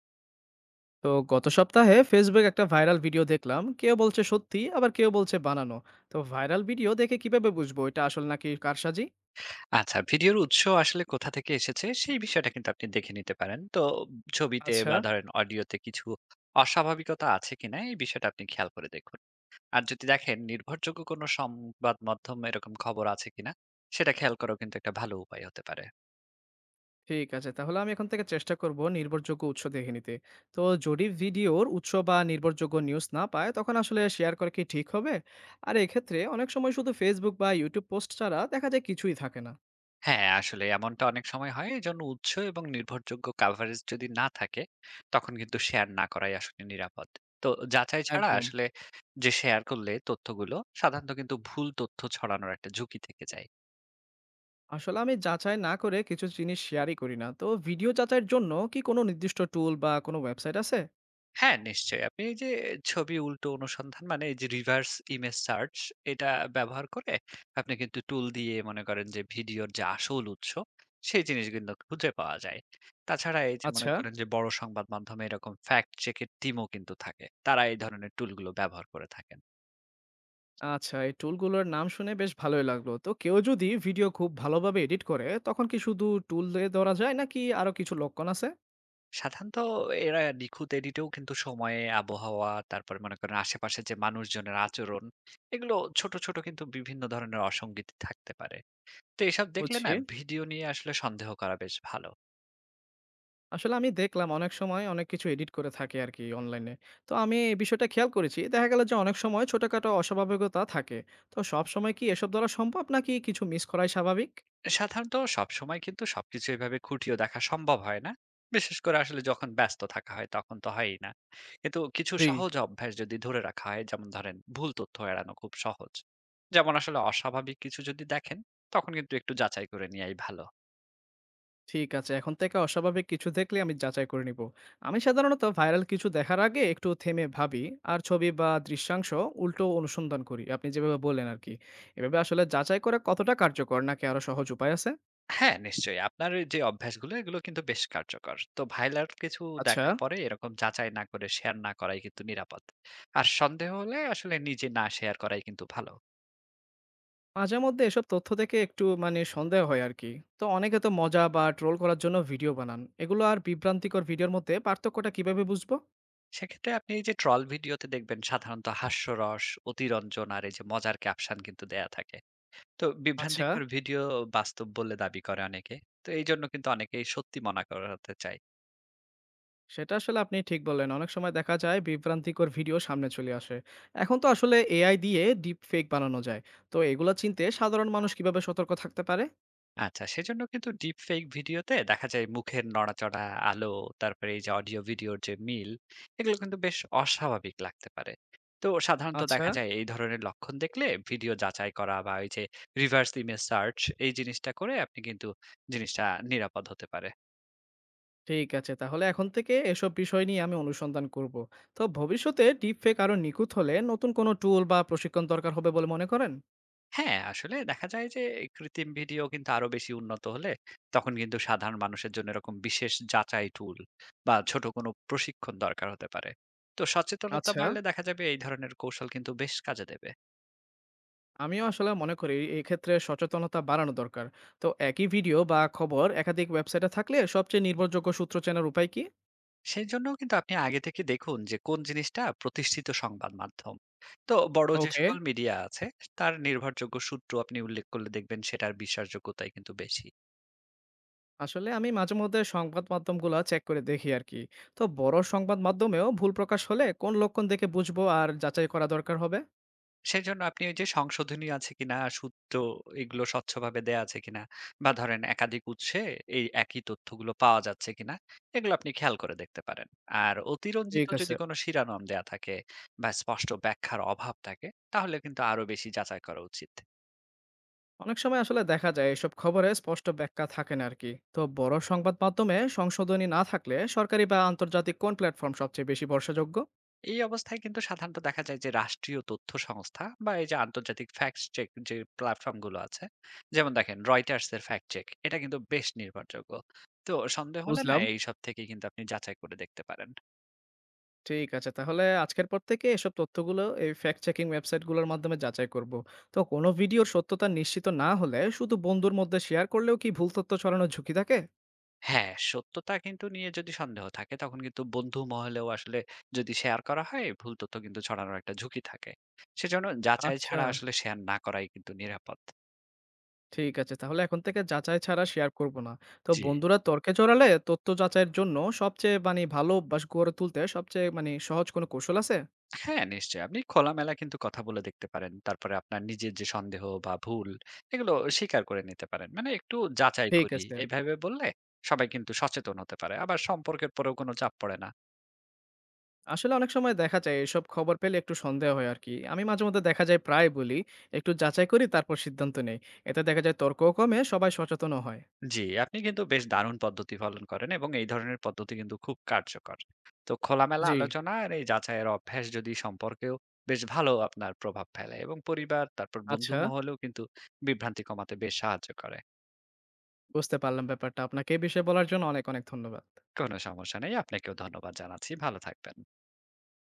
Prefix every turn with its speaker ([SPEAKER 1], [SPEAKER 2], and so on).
[SPEAKER 1] তো গত সপ্তাহে ফেসবুক একটা ভাইরাল ভিডিও দেখলাম, কেউ বলছে সত্যি আবার কেউ বলছে বানানো। তো ভাইরাল ভিডিও দেখে কিভাবে বুঝবো এটা আসল নাকি কারসাজি?
[SPEAKER 2] আচ্ছা, ভিডিওর উৎস আসলে কোথা থেকে এসেছে সেই বিষয়টা কিন্তু আপনি দেখে নিতে পারেন। তো ছবিতে
[SPEAKER 1] আচ্ছা।
[SPEAKER 2] বা ধরেন অডিওতে কিছু অস্বাভাবিকতা আছে কিনা এই বিষয়টা আপনি খেয়াল করে দেখুন। আর যদি দেখেন নির্ভরযোগ্য কোনো সংবাদ মাধ্যম এরকম খবর আছে কিনা সেটা খেয়াল করাও কিন্তু একটা ভালো উপায় হতে পারে।
[SPEAKER 1] ঠিক আছে, তাহলে আমি এখন থেকে চেষ্টা করব নির্ভরযোগ্য উৎস দেখে নিতে। তো যদি ভিডিওর উৎস বা নির্ভরযোগ্য নিউজ না পায় তখন আসলে শেয়ার করা কি ঠিক হবে? আর এক্ষেত্রে অনেক সময় শুধু ফেসবুক বা ইউটিউব পোস্ট ছাড়া দেখা যায় কিছুই থাকে না।
[SPEAKER 2] হ্যাঁ, আসলে এমনটা অনেক সময় হয়। এজন্য উৎস এবং নির্ভরযোগ্য কভারেজ যদি না থাকে তখন কিন্তু শেয়ার না করাই আসলে নিরাপদ। তো যাচাই ছাড়া
[SPEAKER 1] একদম।
[SPEAKER 2] আসলে যে শেয়ার করলে তথ্যগুলো সাধারণত কিন্তু ভুল তথ্য ছড়ানোর একটা ঝুঁকি থেকে যায়।
[SPEAKER 1] আসলে আমি যাচাই না করে কিছু জিনিস শেয়ারই করি না। তো ভিডিও যাচাইয়ের জন্য কি কোনো নির্দিষ্ট টুল বা কোনো ওয়েবসাইট আছে?
[SPEAKER 2] হ্যাঁ, নিশ্চয়ই। আপনি এই যে ছবি উল্টো অনুসন্ধান মানে এই যে reverse image search এটা ব্যবহার করে আপনি কিন্তু টুল দিয়ে মনে করেন যে ভিডিওর যে আসল উৎস সেই জিনিস কিন্তু খুঁজে পাওয়া যায়। তাছাড়া এই যে মনে
[SPEAKER 1] আচ্ছা।
[SPEAKER 2] করেন যে বড় সংবাদ মাধ্যমে এরকম fact check এর টিমও কিন্তু থাকে। তারা এই ধরনের টুলগুলো ব্যবহার করে থাকেন।
[SPEAKER 1] আচ্ছা, এই টুলগুলোর নাম শুনে বেশ ভালোই লাগলো। তো কেউ যদি ভিডিও খুব ভালোভাবে এডিট করে তখন কি শুধু টুল দিয়ে ধরা যায় নাকি আরো কিছু লক্ষণ আছে?
[SPEAKER 2] সাধারণত এরা নিখুঁত এডিটেও কিন্তু সময়ে, আবহাওয়া, তারপরে মনে করেন আশেপাশের যে মানুষজনের আচরণ এগুলো ছোট, ছোট কিন্তু বিভিন্ন ধরনের অসঙ্গতি থাকতে পারে। তো এসব দেখলে
[SPEAKER 1] বুঝছি।
[SPEAKER 2] না ভিডিও নিয়ে আসলে সন্দেহ করা বেশ ভালো।
[SPEAKER 1] আসলে আমি দেখলাম অনেক সময় অনেক কিছু এডিট করে থাকে আর কি অনলাইনে। তো আমি এই বিষয়টা খেয়াল করেছি, দেখা গেল যে অনেক সময় ছোটখাটো অস্বাভাবিকতা থাকে। তো সব সময় কি এসব ধরা সম্ভব নাকি কিছু মিস করাই স্বাভাবিক?
[SPEAKER 2] সাধারণত সবসময় কিন্তু সবকিছু এভাবে খুঁটিয়ে দেখা সম্ভব হয় না, বিশেষ করে আসলে যখন ব্যস্ত থাকা হয় তখন তো হয়ই না। কিন্তু কিছু
[SPEAKER 1] জি।
[SPEAKER 2] সহজ অভ্যাস যদি ধরে রাখা হয়, যেমন ধরেন ভুল তথ্য এড়ানো খুব সহজ। যেমন আসলে অস্বাভাবিক কিছু যদি দেখেন তখন কিন্তু একটু যাচাই করে নেওয়াই ভালো।
[SPEAKER 1] ঠিক আছে। এখন থেকে অস্বাভাবিক কিছু দেখলে আমি যাচাই করে নিব। আমি সাধারণত ভাইরাল কিছু দেখার আগে একটু থেমে ভাবি আর ছবি বা দৃশ্যাংশ উল্টো অনুসন্ধান করি। আপনি যেভাবে বললেন আরকি। এভাবে আসলে যাচাই করা কতটা কার্যকর নাকি আরো সহজ উপায় আছে?
[SPEAKER 2] হ্যাঁ, নিশ্চয়ই। আপনার এই যে অভ্যাসগুলো, এগুলো কিন্তু বেশ কার্যকর। তো ভাইলাট কিছু
[SPEAKER 1] আচ্ছা।
[SPEAKER 2] দেখার পরে এরকম যাচাই না করে শেয়ার না করাই কিন্তু নিরাপদ। আর সন্দেহ হলে আসলে নিজে না শেয়ার করাই কিন্তু ভালো।
[SPEAKER 1] মাঝে মধ্যে এসব তথ্য থেকে একটু মানে সন্দেহ হয় আরকি। তো অনেকে তো মজা বা ট্রোল করার জন্য ভিডিও বানান। এগুলো আর বিভ্রান্তিকর ভিডিওর মধ্যে পার্থক্যটা কিভাবে বুঝবো?
[SPEAKER 2] সেক্ষেত্রে আপনি এই যে ট্রল ভিডিওতে দেখবেন সাধারণত হাস্যরস, অতিরঞ্জন আর এই যে মজার ক্যাপশন কিন্তু দেয়া থাকে। তো
[SPEAKER 1] আচ্ছা।
[SPEAKER 2] বিভ্রান্তিকর ভিডিও বাস্তব বলে দাবি করে অনেকে। তো এইজন্য কিন্তু অনেকেই সত্যি মনে করাতে চায়।
[SPEAKER 1] সেটা আসলে আপনি ঠিক বললেন। অনেক সময় দেখা যায় বিভ্রান্তিকর ভিডিও সামনে চলে আসে। এখন তো আসলে এআই দিয়ে ডিপ ফেক বানানো যায়। তো এগুলা চিনতে সাধারণ মানুষ কিভাবে সতর্ক থাকতে পারে?
[SPEAKER 2] আচ্ছা, সেজন্য কিন্তু ডিপ ফেক ভিডিওতে দেখা যায় মুখের নড়াচড়া, আলো, তারপরে এই যে অডিও ভিডিওর যে মিল, এগুলো কিন্তু বেশ অস্বাভাবিক লাগতে পারে। তো সাধারণত
[SPEAKER 1] আচ্ছা,
[SPEAKER 2] দেখা যায় এই ধরনের লক্ষণ দেখলে ভিডিও যাচাই করা বা ওই যে reverse image search এই জিনিসটা করে আপনি কিন্তু জিনিসটা নিরাপদ হতে পারে।
[SPEAKER 1] ঠিক আছে। তাহলে এখন থেকে এসব বিষয় নিয়ে আমি অনুসন্ধান করব। তো ভবিষ্যতে ডিপ ফেক আরো নিখুঁত হলে নতুন কোনো টুল বা প্রশিক্ষণ দরকার হবে বলে মনে করেন?
[SPEAKER 2] হ্যাঁ, আসলে দেখা যায় যে কৃত্রিম ভিডিও কিন্তু আরো বেশি উন্নত হলে তখন কিন্তু সাধারণ মানুষের জন্য এরকম বিশেষ যাচাই টুল বা ছোট কোনো প্রশিক্ষণ দরকার হতে পারে। তো সচেতনতা
[SPEAKER 1] আচ্ছা,
[SPEAKER 2] বাড়লে দেখা যাবে এই ধরনের কৌশল কিন্তু বেশ কাজে দেবে।
[SPEAKER 1] আমিও আসলে মনে করি এক্ষেত্রে সচেতনতা বাড়ানো দরকার। তো একই ভিডিও বা খবর একাধিক ওয়েবসাইটে থাকলে সবচেয়ে নির্ভরযোগ্য সূত্র চেনার উপায় কি?
[SPEAKER 2] সেই জন্য কিন্তু আপনি আগে থেকে দেখুন যে কোন জিনিসটা প্রতিষ্ঠিত সংবাদ মাধ্যম। তো বড় যে
[SPEAKER 1] ওকে।
[SPEAKER 2] সকল মিডিয়া আছে তার নির্ভরযোগ্য সূত্র আপনি উল্লেখ করলে দেখবেন সেটার বিশ্বাসযোগ্যতাই কিন্তু বেশি।
[SPEAKER 1] আসলে আমি মাঝেমধ্যে সংবাদ মাধ্যমগুলো চেক করে দেখি আর কি। তো বড় সংবাদ মাধ্যমেও ভুল প্রকাশ হলে কোন লক্ষণ দেখে বুঝবো আর যাচাই করা দরকার হবে?
[SPEAKER 2] সেজন্য আপনি ওই যে সংশোধনী আছে কিনা, সূত্র এগুলো স্বচ্ছভাবে দেয়া আছে কিনা বা ধরেন একাধিক উৎসে এই একই তথ্যগুলো পাওয়া যাচ্ছে কিনা, এগুলো আপনি খেয়াল করে দেখতে পারেন। আর অতিরঞ্জিত
[SPEAKER 1] ঠিক
[SPEAKER 2] যদি
[SPEAKER 1] আছে।
[SPEAKER 2] কোনো শিরোনাম দেয়া থাকে বা স্পষ্ট ব্যাখ্যার অভাব থাকে, তাহলে কিন্তু আরো বেশি যাচাই করা উচিত।
[SPEAKER 1] অনেক সময় আসলে দেখা যায় এসব খবরে স্পষ্ট ব্যাখ্যা থাকে না আর কি। তো বড় সংবাদ মাধ্যমে সংশোধনী না থাকলে সরকারি বা আন্তর্জাতিক কোন প্ল্যাটফর্ম সবচেয়ে বেশি ভরসাযোগ্য?
[SPEAKER 2] এই অবস্থায় কিন্তু সাধারণত দেখা যায় যে রাষ্ট্রীয় তথ্য সংস্থা বা এই যে আন্তর্জাতিক ফ্যাক্ট চেক যে প্ল্যাটফর্ম গুলো আছে, যেমন দেখেন রয়টার্স এর ফ্যাক্ট চেক, এটা কিন্তু বেশ নির্ভরযোগ্য। তো সন্দেহ হলে না
[SPEAKER 1] বুঝলাম।
[SPEAKER 2] এইসব থেকে কিন্তু আপনি যাচাই করে দেখতে পারেন।
[SPEAKER 1] ঠিক আছে, তাহলে আজকের পর থেকে এসব তথ্যগুলো এই ফ্যাক্ট চেকিং ওয়েবসাইটগুলোর মাধ্যমে যাচাই করব। তো কোনো ভিডিওর সত্যতা নিশ্চিত না হলে শুধু বন্ধুর মধ্যে শেয়ার করলেও কি ভুল তথ্য ছড়ানোর ঝুঁকি থাকে?
[SPEAKER 2] হ্যাঁ, সত্যতা কিন্তু নিয়ে যদি সন্দেহ থাকে তখন কিন্তু বন্ধু মহলেও আসলে যদি শেয়ার করা হয় ভুল তথ্য কিন্তু ছড়ানোর একটা ঝুঁকি থাকে। সেজন্য যাচাই
[SPEAKER 1] আচ্ছা।
[SPEAKER 2] ছাড়া আসলে শেয়ার না করাই কিন্তু নিরাপদ।
[SPEAKER 1] ঠিক আছে। তাহলে এখন থেকে যাচাই ছাড়া শেয়ার করব না। তো
[SPEAKER 2] জি।
[SPEAKER 1] বন্ধুরা তর্কে জড়ালে তথ্য যাচাইয়ের জন্য সবচেয়ে মানি ভালো অভ্যাস গড়ে তুলতে সবচেয়ে মানি সহজ কোনো কৌশল আছে?
[SPEAKER 2] হ্যাঁ, নিশ্চয়ই। আপনি খোলামেলা কিন্তু কথা বলে দেখতে পারেন। তারপরে আপনার নিজের যে সন্দেহ বা ভুল, এগুলো স্বীকার করে নিতে পারেন। মানে একটু যাচাই
[SPEAKER 1] ঠিক
[SPEAKER 2] করি,
[SPEAKER 1] আছে।
[SPEAKER 2] এভাবে বললে সবাই কিন্তু সচেতন হতে পারে। আবার সম্পর্কের পরেও কোনো চাপ পড়ে না।
[SPEAKER 1] আসলে অনেক সময় দেখা যায় এসব খবর পেলে একটু সন্দেহ হয় আরকি। আমি মাঝেমধ্যে দেখা যায় প্রায় বলি, "একটু যাচাই করি তারপর সিদ্ধান্ত নেই।" এতে দেখা যায় তর্কও কমে, সবাই সচেতনও হয়।
[SPEAKER 2] জি, আপনি কিন্তু বেশ দারুণ পদ্ধতি পালন করেন এবং এই ধরনের পদ্ধতি কিন্তু খুব কার্যকর। তো খোলামেলা
[SPEAKER 1] জি,
[SPEAKER 2] আলোচনা আর এই যাচাইয়ের অভ্যাস যদি সম্পর্কেও বেশ ভালো আপনার প্রভাব ফেলে এবং পরিবার, তারপর বন্ধু
[SPEAKER 1] আচ্ছা।
[SPEAKER 2] মহলেও কিন্তু বিভ্রান্তি কমাতে বেশ সাহায্য করে।
[SPEAKER 1] বুঝতে পারলাম ব্যাপারটা। আপনাকে এই বিষয়ে বলার জন্য অনেক, অনেক ধন্যবাদ।
[SPEAKER 2] কোনো সমস্যা নেই। আপনাকেও ধন্যবাদ জানাচ্ছি। ভালো থাকবেন।